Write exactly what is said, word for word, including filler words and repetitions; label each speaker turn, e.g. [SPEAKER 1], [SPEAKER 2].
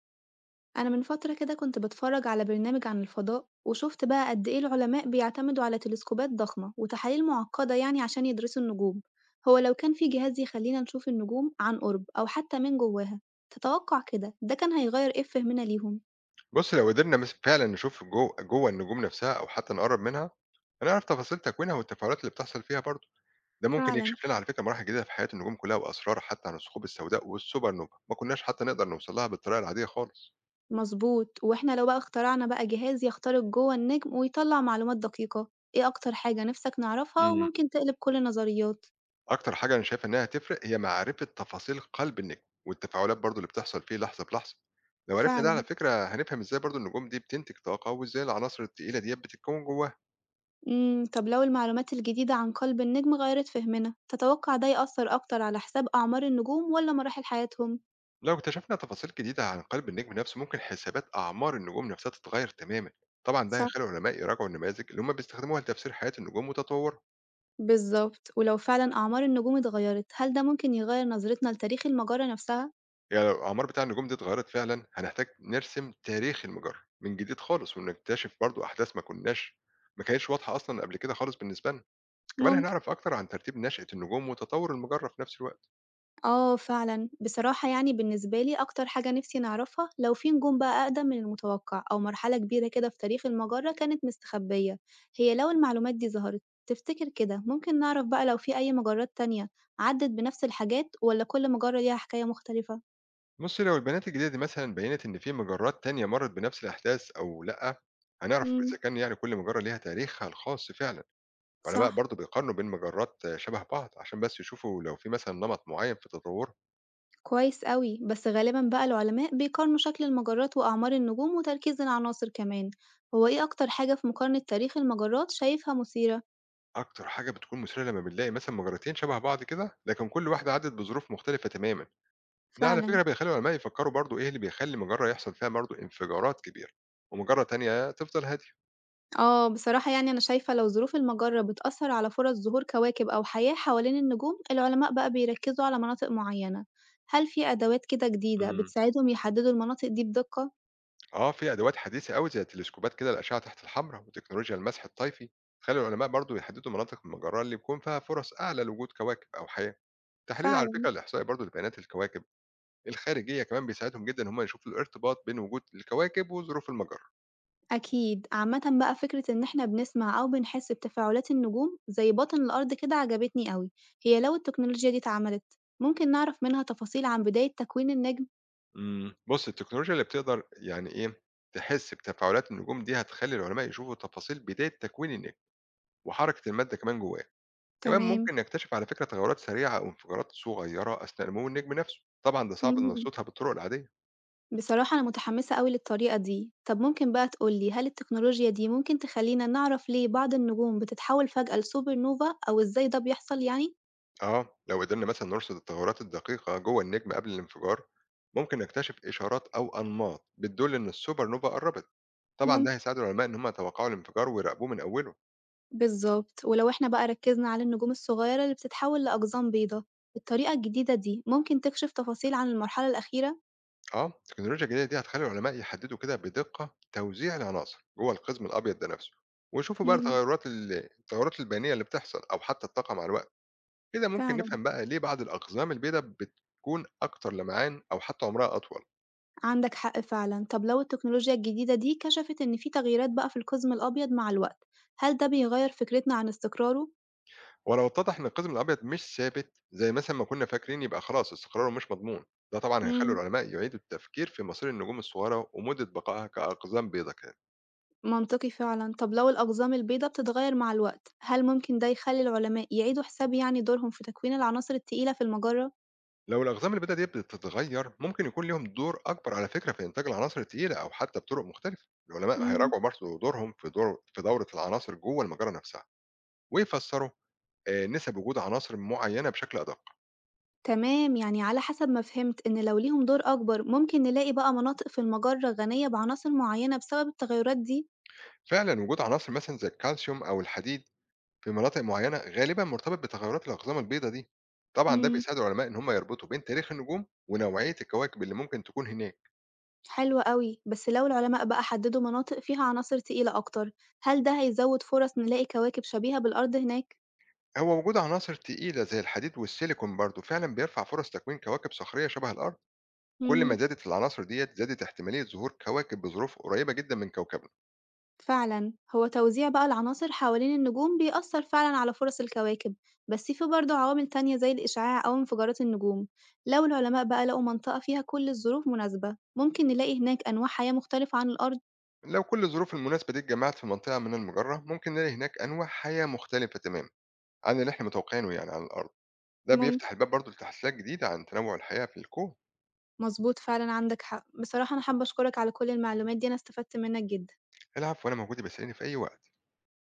[SPEAKER 1] أنا من فترة كده كنت بتفرج على برنامج عن الفضاء، وشفت بقى قد إيه العلماء بيعتمدوا على تلسكوبات ضخمة وتحاليل معقدة يعني عشان يدرسوا النجوم. هو لو كان في جهاز يخلينا نشوف النجوم عن قرب أو حتى من جواها، تتوقع كده ده كان هيغير إيه في فهمنا ليهم؟
[SPEAKER 2] بُص، لو قدرنا مس فعلًا نشوف جو جوّه النجوم نفسها أو حتى نقرّب منها، هنعرف تفاصيل تكوينها والتفاعلات اللي بتحصل فيها برضه. ده ممكن
[SPEAKER 1] فعلا.
[SPEAKER 2] يكشف لنا على فكرة مراحل جديدة في حياة النجوم كلها وأسرار حتى عن الثقوب السوداء والسوبر نوفا، ما كناش حتى نقدر نوصل لها بالطريقة العادية خالص.
[SPEAKER 1] مظبوط، وإحنا لو بقى اخترعنا بقى جهاز يخترق جوه النجم ويطلع معلومات دقيقة، إيه أكتر حاجة نفسك نعرفها
[SPEAKER 2] إمم.
[SPEAKER 1] وممكن تقلب كل النظريات؟
[SPEAKER 2] أكتر حاجة أنا شايف إنها هتفرق هي معرفة تفاصيل قلب النجم والتفاعلات برضه اللي بتحصل فيه لحظة بلحظة. لو عرفنا ده على
[SPEAKER 1] فعلا.
[SPEAKER 2] فكرة هنفهم إزاي برضه النجوم دي بتنتج طاقة وإزاي العناصر التقيلة ديّة بتتكوّن جواها.
[SPEAKER 1] إمم، طب لو المعلومات الجديدة عن قلب النجم غيّرت فهمنا، تتوقع ده يأثّر أكتر على حساب أعمار النجوم والّا مراحل حياتهم؟
[SPEAKER 2] لو اكتشفنا تفاصيل جديدة عن قلب النجم نفسه ممكن حسابات أعمار النجوم نفسها تتغير تماما. طبعا ده
[SPEAKER 1] صح.
[SPEAKER 2] هيخلي العلماء يراجعوا النماذج اللي هم بيستخدموها لتفسير حياة النجوم وتطورها.
[SPEAKER 1] بالضبط، ولو فعلًا أعمار النجوم اتغيّرت، هل ده ممكن يغيّر نظرتنا لتاريخ المجرة نفسها؟
[SPEAKER 2] يعني لو الأعمار بتاع النجوم دي اتغيرت فعلا هنحتاج نرسم تاريخ المجرة من جديد خالص ونكتشف برضو أحداث ما كناش ما كانتش واضحة أصلا قبل كده خالص بالنسبة لنا. كمان
[SPEAKER 1] ممكن.
[SPEAKER 2] هنعرف أكتر عن ترتيب نشأة النجوم وتطور المجرة في نفس الوقت.
[SPEAKER 1] آه فعلًا، بصراحة يعني بالنسبة لي أكتر حاجة نِفْسي نعرفها لو في نجوم بقى أقدم من المتوقع أو مرحلة كبيرة كده في تاريخ المجرة كانت مستخبية. هي لو المعلومات دي ظهرت، تفتكر كده ممكن نعرف بقى لو في أي مجرات تانية عدِّت بنفس الحاجات والّا كل مجرة ليها حكاية مختلفة؟
[SPEAKER 2] بص لو البيانات الجديدة دي مثلا بينت إن في مجرات تانية مرت بنفس الأحداث أو لأ، هنعرف إذا
[SPEAKER 1] إمم،
[SPEAKER 2] كان يعني كل مجرة ليها تاريخها الخاص فعلا. العلماء
[SPEAKER 1] صح.
[SPEAKER 2] برضه بيقارنوا بين مجرات شبه بعض عشان بس يشوفوا لو في مثلا نمط معين في تطورها.
[SPEAKER 1] كويس أوي، بس غالبًا بقى العلماء بيقارنوا شكل المجرات وأعمار النجوم وتركيز العناصر كمان، هو إيه أكتر حاجة في مقارنة تاريخ المجرات شايفها مثيرة؟
[SPEAKER 2] اكتر حاجه بتكون مثيره لما بنلاقي مثلا مجرتين شبه بعض كده لكن كل واحده عدت بظروف مختلفه تماما. ده على فكره
[SPEAKER 1] فعلًا.
[SPEAKER 2] بيخلي العلماء يفكروا برضه ايه اللي بيخلي مجره يحصل فيها برضه انفجارات كبيره ومجره تانية تفضل هاديه.
[SPEAKER 1] آه، بصراحة يعني أنا شايفة لو ظروف المجرة بتأثر على فرص ظهور كواكب أو حياة حوالين النجوم، العلماء بقى بيركزوا على مناطق معينة، هل في أدوات كده جديدة
[SPEAKER 2] امم
[SPEAKER 1] بتساعدهم يحددوا المناطق دي بدقة؟
[SPEAKER 2] اه في ادوات حديثه قوي زي التلسكوبات كده الاشعه تحت الحمراء وتكنولوجيا المسح الطيفي تخلي العلماء برضو يحددوا مناطق المجره اللي بيكون فيها فرص اعلى لوجود كواكب او حياه. تحليل على
[SPEAKER 1] فعلا.
[SPEAKER 2] فكره الاحصائي برضو لبيانات الكواكب الخارجية كمان بيساعدهم جدًا إن هم يشوفوا الارتباط بين وجود الكواكب وظروف المجرة.
[SPEAKER 1] أكيد، عامة بقى فكرة إن إحنا بنسمع أو بنحس بتفاعلات النجوم زي باطن الأرض كده عجبتني أوي. هي لو التكنولوجيا دي اتعملت، ممكن نعرف منها تفاصيل عن بداية تكوين النجم؟
[SPEAKER 2] إمم. بُص، التكنولوجيا اللي بتقدر يعني إيه، تحس بتفاعلات النجوم دي هتخلّي العلماء يشوفوا تفاصيل بداية تكوين النجم وحركة المادة كمان جواه. كمان
[SPEAKER 1] تمام.
[SPEAKER 2] ممكن نكتشف على فكرة تغيرات سريعة أو انفجارات صغيرة أثناء نمو النجم نفسه. طبعًا ده صعب
[SPEAKER 1] مم.
[SPEAKER 2] نرصدها بالطرق العادية.
[SPEAKER 1] بصراحة أنا متحمسة أوي للطريقة دي، طب ممكن بقى تقول لي هل التكنولوجيا دي ممكن تخلينا نعرف ليه بعض النجوم بتتحول فجأة لسوبر نوفا أو إزاي ده بيحصل يعني؟
[SPEAKER 2] آه، لو قدرنا مثلًا نرصد التغيرات الدقيقة جوه النجم قبل الانفجار، ممكن نكتشف إشارات أو أنماط بتدل إن السوبر نوفا قربت. طبعًا ده
[SPEAKER 1] ممكن.
[SPEAKER 2] هيساعد العلماء إن هم يتوقعوا الانفجار ويراقبوه من أوله.
[SPEAKER 1] بالظبط، ولو إحنا بقى ركزنا على النجوم الصغيرة اللي بتتحول لأقزام بيضاء، الطريقة الجديدة دي ممكن تكشف تفاصيل عن المرحلة الأخيرة؟
[SPEAKER 2] آه، التكنولوجيا الجديدة دي هتخلّي العلماء يحددوا كده بدقة توزيع العناصر جوه القزم الأبيض ده نفسه، ويشوفوا بقى
[SPEAKER 1] امم.
[SPEAKER 2] التغيرات ال التغيرات البينية اللي بتحصل أو حتى الطاقة مع الوقت. كده ممكن
[SPEAKER 1] فعلا،
[SPEAKER 2] نفهم بقى ليه بعض الأقزام البيضا بتكون أكتر لمعان أو حتى عمرها أطول.
[SPEAKER 1] عندك حق فعلا. طب لو التكنولوجيا الجديدة دي كشفت إن في تغييرات بقى في القزم الأبيض مع الوقت، هل ده بيغير فكرتنا عن استقراره؟
[SPEAKER 2] ولو اتضح إن القزم الأبيض مش ثابت زي مثلًا ما كنا فاكرين يبقى خلاص استقراره مش مضمون، ده طبعًا هيخلّي
[SPEAKER 1] مم.
[SPEAKER 2] العلماء يعيدوا التفكير في مصير النجوم الصغيرة ومدة بقائها كأقزام بيضا كده.
[SPEAKER 1] منطقي فعلًا. طب لو الأقزام البيضا بتتغير مع الوقت، هل ممكن ده يخلّي العلماء يعيدوا حساب يعني دورهم في تكوين العناصر التقيلة في المجرة؟
[SPEAKER 2] لو الأقزام اللي بدأت دي بتتغير ممكن يكون ليهم دور أكبر على فكرة في إنتاج العناصر التقيلة أو حتى بطرق مختلفة، العلماء
[SPEAKER 1] إمم،
[SPEAKER 2] هيراجعوا برضه دورهم في دور في دورة العناصر جوه المجرة نفسها ويفسروا آه، نسب وجود عناصر معينة بشكل أدق.
[SPEAKER 1] تمام. يعني على حسب ما فهمت إن لو ليهم دور أكبر، ممكن نلاقي بقى مناطق في المجرة غنية بعناصر معينة بسبب التغيرات دي؟
[SPEAKER 2] فعلا وجود عناصر مثلا زي الكالسيوم أو الحديد في مناطق معينة غالبا مرتبط بتغيرات الأقزام البيضاء دي. طبعا ده
[SPEAKER 1] إمم،
[SPEAKER 2] بيساعد العلماء إن هم يربطوا بين تاريخ النجوم ونوعية الكواكب اللي ممكن تكون هناك.
[SPEAKER 1] حلو أوي. بس لو العلماء بقى حددوا مناطق فيها عناصر تقيلة أكتر، هل ده هيزود فرص نلاقي كواكب شبيهة بالأرض هناك؟
[SPEAKER 2] هو وجود عناصر تقيلة زي الحديد والسيليكون برضه فعلا بيرفع فرص تكوين كواكب صخرية شبه الأرض. كل ما
[SPEAKER 1] إمم.
[SPEAKER 2] زادت العناصر ديت زادت احتمالية ظهور كواكب بظروف قريبة جدا من كوكبنا.
[SPEAKER 1] فعلا هو توزيع بقى العناصر حوالين النجوم بيأثر فعلا على فرص الكواكب، بس في برضه عوامل تانية زي الإشعاع أو انفجارات النجوم. لو العلماء بقى لقوا منطقة فيها كل الظروف مناسبة، ممكن نلاقي هناك أنواع حياة مختلفة عن الأرض.
[SPEAKER 2] لو كل الظروف المناسبة دي اتجمعت في منطقة من المجرة ممكن نلاقي هناك أنواع حياة مختلفة تماما عن اللي احنا متوقعينه يعني على الأرض. ده
[SPEAKER 1] ممكن.
[SPEAKER 2] بيفتح الباب برضه لتحليلات جديدة عن تنوع الحياة في الكون.
[SPEAKER 1] مظبوط فعلا، عندك حق. بصراحة أنا حابة أشكرك على كل المعلومات دي، أنا استفدت منك جدا.
[SPEAKER 2] العب وأنا موجود بسألني في أي وقت.